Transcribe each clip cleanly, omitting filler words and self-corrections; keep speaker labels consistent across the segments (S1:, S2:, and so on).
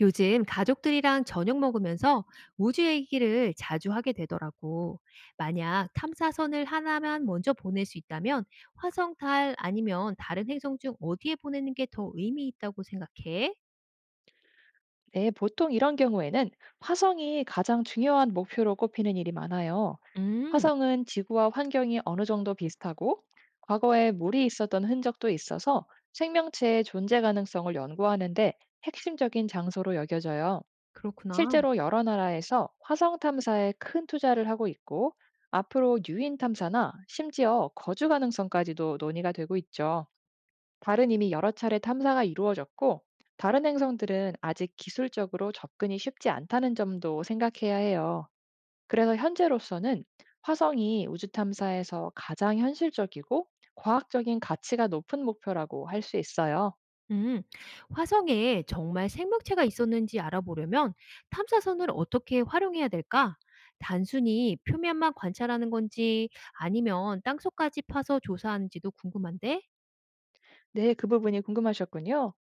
S1: 요즘 가족들이랑 저녁 먹으면서 우주 얘기를 자주 하게 되더라고. 만약 탐사선을 하나만 먼저 보낼 수 있다면 화성, 달 아니면 다른 행성 중 어디에 보내는 게 더 의미 있다고 생각해?
S2: 네, 보통 이런 경우에는 화성이 가장 중요한 목표로 꼽히는 일이 많아요.
S1: 음,
S2: 화성은 지구와 환경이 어느 정도 비슷하고, 과거에 물이 있었던 흔적도 있어서 생명체의 존재 가능성을 연구하는데 핵심적인 장소로 여겨져요.
S1: 그렇구나.
S2: 실제로 여러 나라에서 화성 탐사에 큰 투자를 하고 있고, 앞으로 유인 탐사나 심지어 거주 가능성까지도 논의가 되고 있죠. 달은 이미 여러 차례 탐사가 이루어졌고, 다른 행성들은 아직 기술적으로 접근이 쉽지 않다는 점도 생각해야 해요. 그래서 현재로서는 화성이 우주 탐사에서 가장 현실적이고 과학적인 가치가 높은 목표라고 할 수 있어요.
S1: 음, 화성에 정말 생명체가 있었는지 알아보려면 탐사선을 어떻게 활용해야 될까? 단순히 표면만 관찰하는 건지 아니면 땅속까지 파서 조사하는지도 궁금한데?
S2: 네, 그 부분이 궁금하셨군요.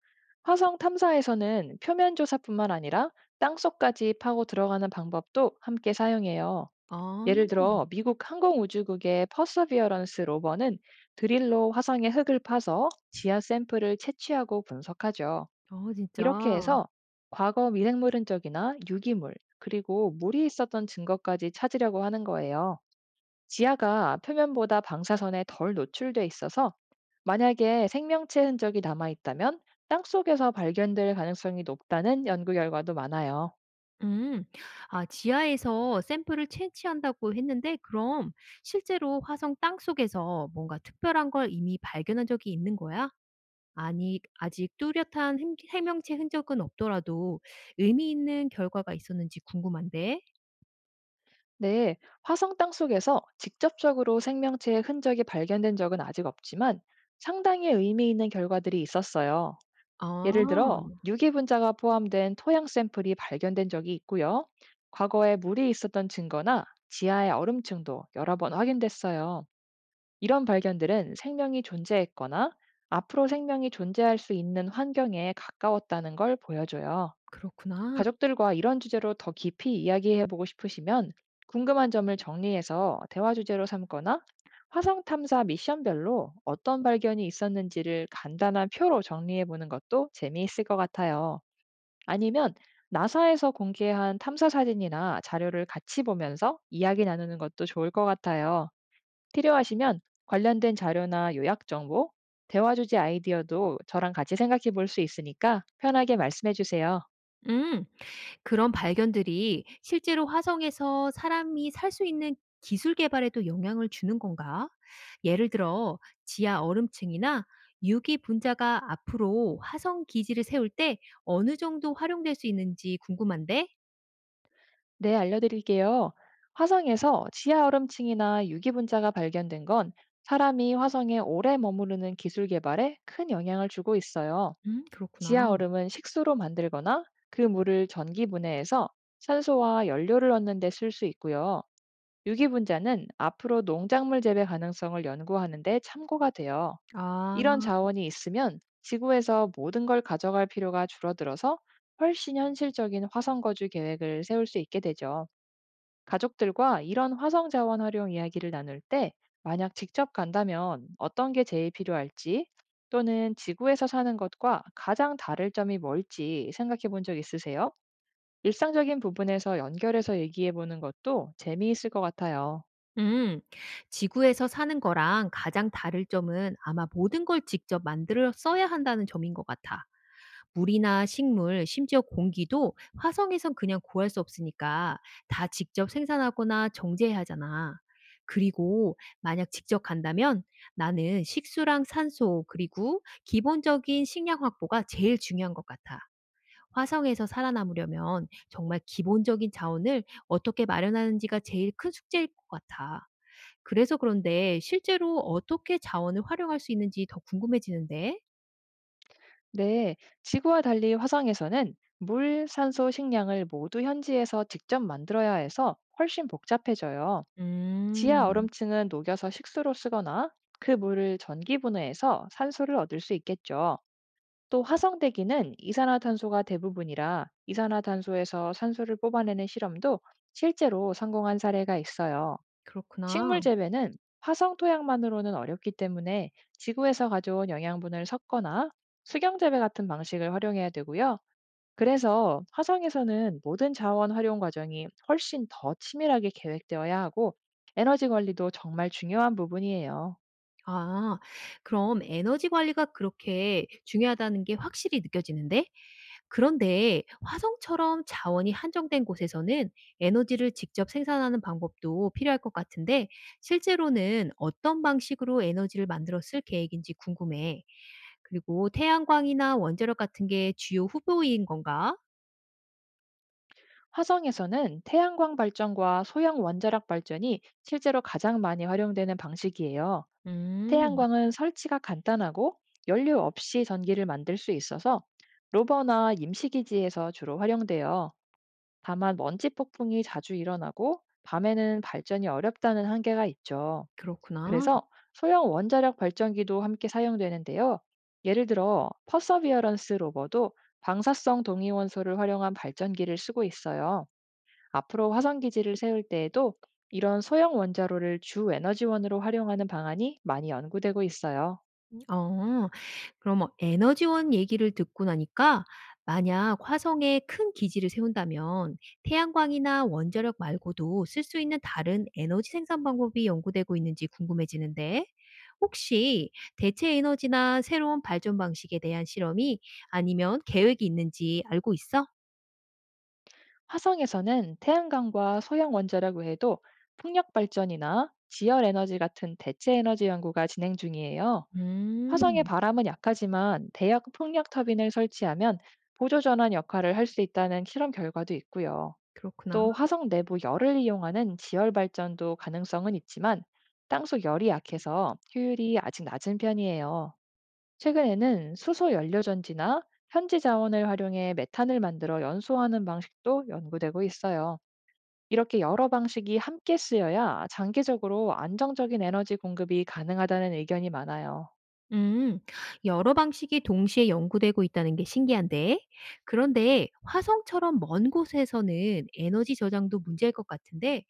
S2: 화성 탐사에서는 표면 조사뿐만 아니라 땅속까지 파고 들어가는 방법도 함께 사용해요.
S1: 아.
S2: 예를 들어, 미국 항공우주국의 퍼서비어런스 로버는 드릴로 화성의 흙을 파서 지하 샘플을 채취하고 분석하죠.
S1: 어 진짜.
S2: 이렇게 해서 과거 미생물 흔적이나 유기물, 그리고 물이 있었던 증거까지 찾으려고 하는 거예요. 지하가 표면보다 방사선에 덜 노출돼 있어서, 만약에 생명체 흔적이 남아 있다면 땅 속에서 발견될 가능성이 높다는 연구 결과도 많아요.
S1: 음. 아 지하에서 샘플을 채취한다고 했는데 그럼 실제로 화성 땅속에서 뭔가 특별한 걸 이미 발견한 적이 있는 거야? 아니 아직 뚜렷한 햄 해명체 흔적은 없더라도 의미 있는 결과가 있었는지 궁금한데.
S2: 네, 화성 땅 속에서 직접적으로 생명체의 흔적이 발견된 적은 아직 없지만, 상당히 의미 있는 결과들이 있었어요. 예를
S1: 아
S2: 들어, 유기분자가 포함된 토양 샘플이 발견된 적이 있고요. 과거에 물이 있었던 증거나 지하의 얼음층도 여러 번 확인됐어요. 이런 발견들은 생명이 존재했거나 앞으로 생명이 존재할 수 있는 환경에 가까웠다는 걸 보여줘요.
S1: 그렇구나.
S2: 가족들과 이런 주제로 더 깊이 이야기해 보고 싶으시면, 궁금한 점을 정리해서 대화 주제로 삼거나 화성 탐사 미션별로 어떤 발견이 있었는지를 간단한 표로 정리해 보는 것도 재미있을 것 같아요. 아니면 나사에서 공개한 탐사 사진이나 자료를 같이 보면서 이야기 나누는 것도 좋을 것 같아요. 필요하시면 관련된 자료나 요약 정보, 대화 주제 아이디어도 저랑 같이 생각해 볼 수 있으니까 편하게 말씀해 주세요.
S1: 음. 그런 발견들이 실제로 화성에서 사람이 살 수 있는 기술 개발에도 영향을 주는 건가? 예를 들어 지하 얼음층이나 유기 분자가 앞으로 화성 기지를 세울 때 어느 정도 활용될 수 있는지 궁금한데?
S2: 네, 알려드릴게요. 화성에서 지하 얼음층이나 유기분자가 발견된 건 사람이 화성에 오래 머무르는 기술 개발에 큰 영향을 주고 있어요.
S1: 그렇구나.
S2: 지하 얼음은 식수로 만들거나 그 물을 전기 분해해서 산소와 연료를 얻는 데 쓸 수 있고요. 유기분자는 앞으로 농작물 재배 가능성을 연구하는 데 참고가 돼요. 이런
S1: 아.
S2: 자원이 있으면 지구에서 모든 걸 가져갈 필요가 줄어들어서, 훨씬 현실적인 화성 거주 계획을 세울 수 있게 되죠. 가족들과 이런 화성 자원 활용 이야기를 나눌 때, 만약 직접 간다면 어떤 게 제일 필요할지, 또는 지구에서 사는 것과 가장 다를 점이 뭘지 생각해 본 적 있으세요? 일상적인 부분에서 연결해서 얘기해 보는 것도 재미있을 것 같아요.
S1: 음, 지구에서 사는 거랑 가장 다를 점은 아마 모든 걸 직접 만들어 써야 한다는 점인 것 같아. 물이나 식물, 심지어 공기도 화성에선 그냥 구할 수 없으니까 다 직접 생산하거나 정제해야 하잖아. 그리고 만약 직접 간다면 나는 식수랑 산소, 그리고 기본적인 식량 확보가 제일 중요한 것 같아. 화성에서 살아남으려면 정말 기본적인 자원을 어떻게 마련하는지가 제일 큰 숙제일 것 같아. 그래서 그런데 실제로 어떻게 자원을 활용할 수 있는지 더 궁금해지는데.
S2: 네, 지구와 달리 화성에서는 물, 산소, 식량을 모두 현지에서 직접 만들어야 해서 훨씬 복잡해져요. 지하
S1: 음.
S2: 얼음층은 녹여서 식수로 쓰거나 그 물을 전기 분해해서 산소를 얻을 수 있겠죠. 또 화성대기는 이산화탄소가 대부분이라, 이산화탄소에서 산소를 뽑아내는 실험도 실제로 성공한 사례가 있어요. 식물
S1: 그렇구나.
S2: 재배는 화성 토양만으로는 어렵기 때문에 지구에서 가져온 영양분을 섞거나 수경 재배 같은 방식을 활용해야 되고요. 그래서 화성에서는 모든 자원 활용 과정이 훨씬 더 치밀하게 계획되어야 하고, 에너지 관리도 정말 중요한 부분이에요.
S1: 아 그럼 에너지 관리가 그렇게 중요하다는 게 확실히 느껴지는데 그런데 화성처럼 자원이 한정된 곳에서는 에너지를 직접 생산하는 방법도 필요할 것 같은데 실제로는 어떤 방식으로 에너지를 만들어 쓸 계획인지 궁금해. 그리고 태양광이나 원자력 같은 게 주요 후보인 건가?
S2: 화성에서는 태양광 발전과 소형 원자력 발전이 실제로 가장 많이 활용되는 방식이에요.
S1: 음.
S2: 태양광은 설치가 간단하고 연료 없이 전기를 만들 수 있어서 로버나 임시기지에서 주로 활용돼요. 다만 먼지 폭풍이 자주 일어나고 밤에는 발전이 어렵다는 한계가 있죠.
S1: 그렇구나.
S2: 그래서 소형 원자력 발전기도 함께 사용되는데요. 예를 들어, 퍼서비어런스 로버도 방사성 동위원소를 활용한 발전기를 쓰고 있어요. 앞으로 화성 기지를 세울 때에도 이런 소형 원자로를 주 에너지원으로 활용하는 방안이 많이 연구되고 있어요.
S1: 어. 그럼 뭐 에너지원 얘기를 듣고 나니까 만약 화성에 큰 기지를 세운다면 태양광이나 원자력 말고도 쓸 수 있는 다른 에너지 생산 방법이 연구되고 있는지 궁금해지는데 혹시 대체 에너지나 새로운 발전 방식에 대한 실험이 아니면 계획이 있는지 알고 있어?
S2: 화성에서는 태양광과 소형 원자력 외에도 풍력 발전이나 지열 에너지 같은 대체 에너지 연구가 진행 중이에요. 화성의
S1: 음.
S2: 바람은 약하지만 대역 풍력 터빈을 설치하면 보조 전환 역할을 할 수 있다는 실험 결과도 있고요.
S1: 그렇구나.
S2: 또 화성 내부 열을 이용하는 지열 발전도 가능성은 있지만, 땅속 열이 약해서 효율이 아직 낮은 편이에요. 최근에는 수소 연료전지나 현지 자원을 활용해 메탄을 만들어 연소하는 방식도 연구되고 있어요. 이렇게 여러 방식이 함께 쓰여야 장기적으로 안정적인 에너지 공급이 가능하다는 의견이 많아요.
S1: 음, 여러 방식이 동시에 연구되고 있다는 게 신기한데, 그런데 화성처럼 먼 곳에서는 에너지 저장도 문제일 것 같은데,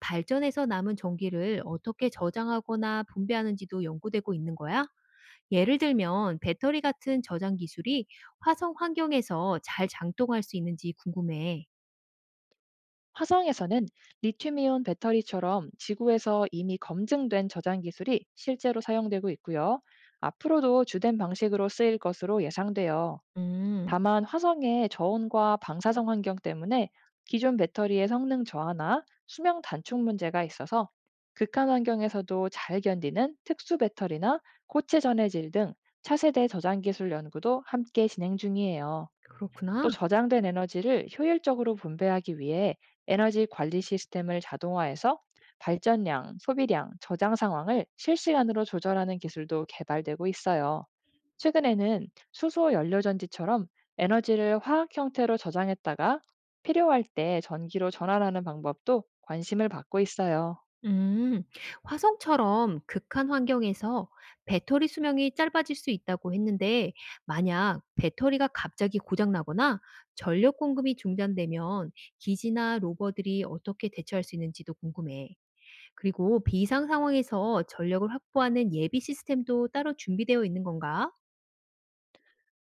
S1: 발전해서 남은 전기를 어떻게 저장하거나 분배하는지도 연구되고 있는 거야? 예를 들면, 배터리 같은 저장 기술이 화성 환경에서 잘 작동할 수 있는지 궁금해.
S2: 화성에서는 리튬이온 배터리처럼 지구에서 이미 검증된 저장 기술이 실제로 사용되고 있고요. 앞으로도 주된 방식으로 쓰일 것으로 예상돼요.
S1: 음,
S2: 다만 화성의 저온과 방사성 환경 때문에 기존 배터리의 성능 저하나 수명 단축 문제가 있어서, 극한 환경에서도 잘 견디는 특수 배터리나 고체 전해질 등 차세대 저장 기술 연구도 함께 진행 중이에요.
S1: 그렇구나.
S2: 또 저장된 에너지를 효율적으로 분배하기 위해 에너지 관리 시스템을 자동화해서 발전량, 소비량, 저장 상황을 실시간으로 조절하는 기술도 개발되고 있어요. 최근에는 수소 연료전지처럼 에너지를 화학 형태로 저장했다가 필요할 때 전기로 전환하는 방법도 관심을 받고 있어요.
S1: 음, 화성처럼 극한 환경에서 배터리 수명이 짧아질 수 있다고 했는데, 만약 배터리가 갑자기 고장나거나 전력 공급이 중단되면 기지나 로버들이 어떻게 대처할 수 있는지도 궁금해. 그리고 비상 상황에서 전력을 확보하는 예비 시스템도 따로 준비되어 있는 건가?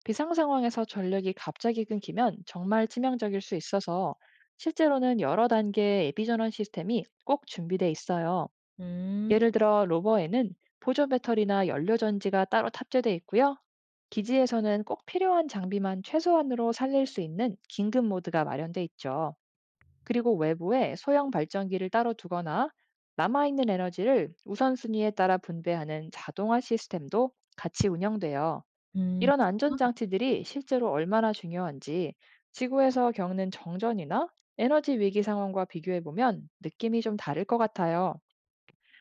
S2: 비상 상황에서 전력이 갑자기 끊기면 정말 치명적일 수 있어서, 실제로는 여러 단계의 예비 전원 시스템이 꼭 준비돼 있어요.
S1: 음,
S2: 예를 들어, 로버에는 보조 배터리나 연료 전지가 따로 탑재돼 있고요. 기지에서는 꼭 필요한 장비만 최소한으로 살릴 수 있는 긴급 모드가 마련돼 있죠. 그리고 외부에 소형 발전기를 따로 두거나 남아있는 에너지를 우선순위에 따라 분배하는 자동화 시스템도 같이 운영돼요.
S1: 음.
S2: 이런 안전장치들이 실제로 얼마나 중요한지, 지구에서 겪는 정전이나 에너지 위기 상황과 비교해보면 느낌이 좀 다를 것 같아요.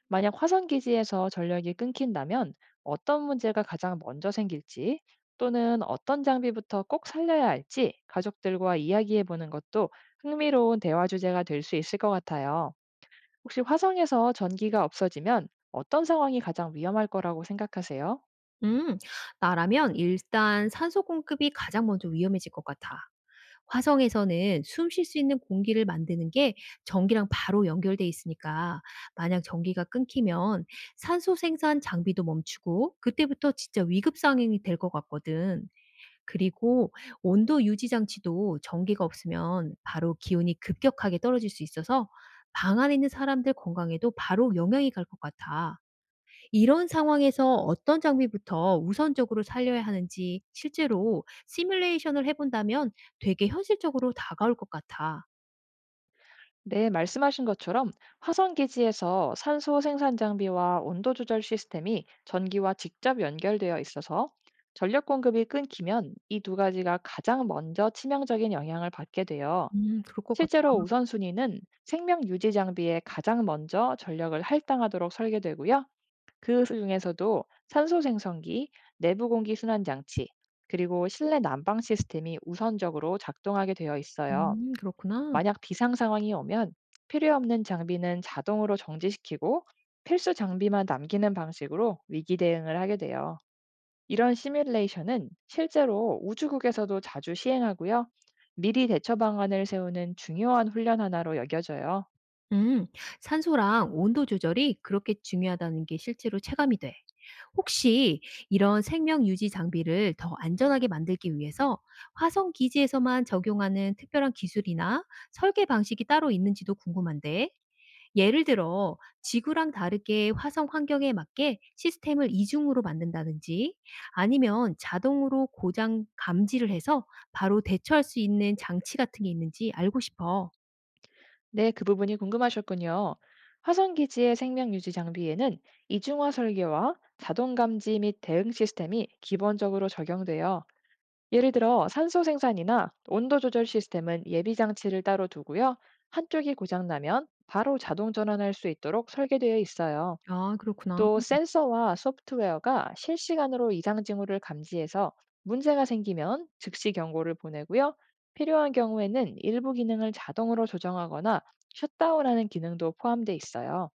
S2: 만약 화성 기지에서 전력이 끊긴다면 어떤 문제가 가장 먼저 생길지, 또는 어떤 장비부터 꼭 살려야 할지 가족들과 이야기해 보는 것도 흥미로운 대화 주제가 될 수 있을 것 같아요. 혹시 화성에서 전기가 없어지면 어떤 상황이 가장 위험할 거라고 생각하세요?
S1: 음, 나라면 일단 산소 공급이 가장 먼저 위험해질 것 같아. 화성에서는 숨 쉴 수 있는 공기를 만드는 게 전기랑 바로 연결돼 있으니까 만약 전기가 끊기면 산소 생산 장비도 멈추고 그때부터 진짜 위급 상황이 될 것 같거든. 그리고 온도 유지 장치도 전기가 없으면 바로 기온이 급격하게 떨어질 수 있어서 방 안에 있는 사람들 건강에도 바로 영향이 갈 것 같아. 이런 상황에서 어떤 장비부터 우선적으로 살려야 하는지 실제로 시뮬레이션을 해 본다면 되게 현실적으로 다가올 것 같아.
S2: 네, 말씀하신 것처럼 화성 기지에서 산소 생산 장비와 온도 조절 시스템이 전기와 직접 연결되어 있어서, 전력 공급이 끊기면 이 두 가지가 가장 먼저 치명적인 영향을 받게 되어
S1: 그럴 것 같아.
S2: 실제로 우선순위는 생명 유지 장비에 가장 먼저 전력을 할당하도록 설계되고요. 그 중에서도 산소 생성기, 내부 공기 순환 장치, 그리고 실내 난방 시스템이 우선적으로 작동하게 되어 있어요.
S1: 그렇구나.
S2: 만약 비상 상황이 오면 필요 없는 장비는 자동으로 정지시키고 필수 장비만 남기는 방식으로 위기 대응을 하게 돼요. 이런 시뮬레이션은 실제로 우주국에서도 자주 시행하고요. 미리 대처 방안을 세우는 중요한 훈련 하나로 여겨져요.
S1: 음. 산소랑 온도 조절이 그렇게 중요하다는 게 실제로 체감이 돼. 혹시 이런 생명 유지 장비를 더 안전하게 만들기 위해서 화성 기지에서만 적용하는 특별한 기술이나 설계 방식이 따로 있는지도 궁금한데? 예를 들어 지구랑 다르게 화성 환경에 맞게 시스템을 이중으로 만든다든지 아니면 자동으로 고장 감지를 해서 바로 대처할 수 있는 장치 같은 게 있는지 알고 싶어.
S2: 네, 그 부분이 궁금하셨군요. 화성 기지의 생명 유지 장비에는 이중화 설계와 자동 감지 및 대응 시스템이 기본적으로 적용돼요. 예를 들어, 산소 생산이나 온도 조절 시스템은 예비 장치를 따로 두고요. 한쪽이 고장나면 바로 자동 전환할 수 있도록 설계되어 있어요.
S1: 아, 그렇구나.
S2: 또 센서와 소프트웨어가 실시간으로 이상 징후를 감지해서 문제가 생기면 즉시 경고를 보내고요. 필요한 경우에는 일부 기능을 자동으로 조정하거나 셧다운하는 기능도 포함되어 있어요.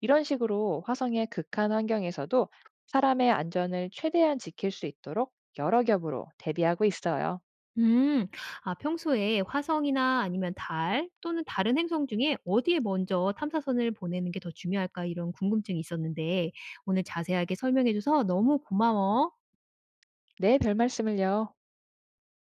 S2: 이런 식으로 화성의 극한 환경에서도 사람의 안전을 최대한 지킬 수 있도록 여러 겹으로 대비하고 있어요.
S1: 음. 아 평소에 화성이나 아니면 달 또는 다른 행성 중에 어디에 먼저 탐사선을 보내는 게 더 중요할까 이런 궁금증이 있었는데 오늘 자세하게 설명해 줘서 너무 고마워.
S2: 네, 별말씀을요.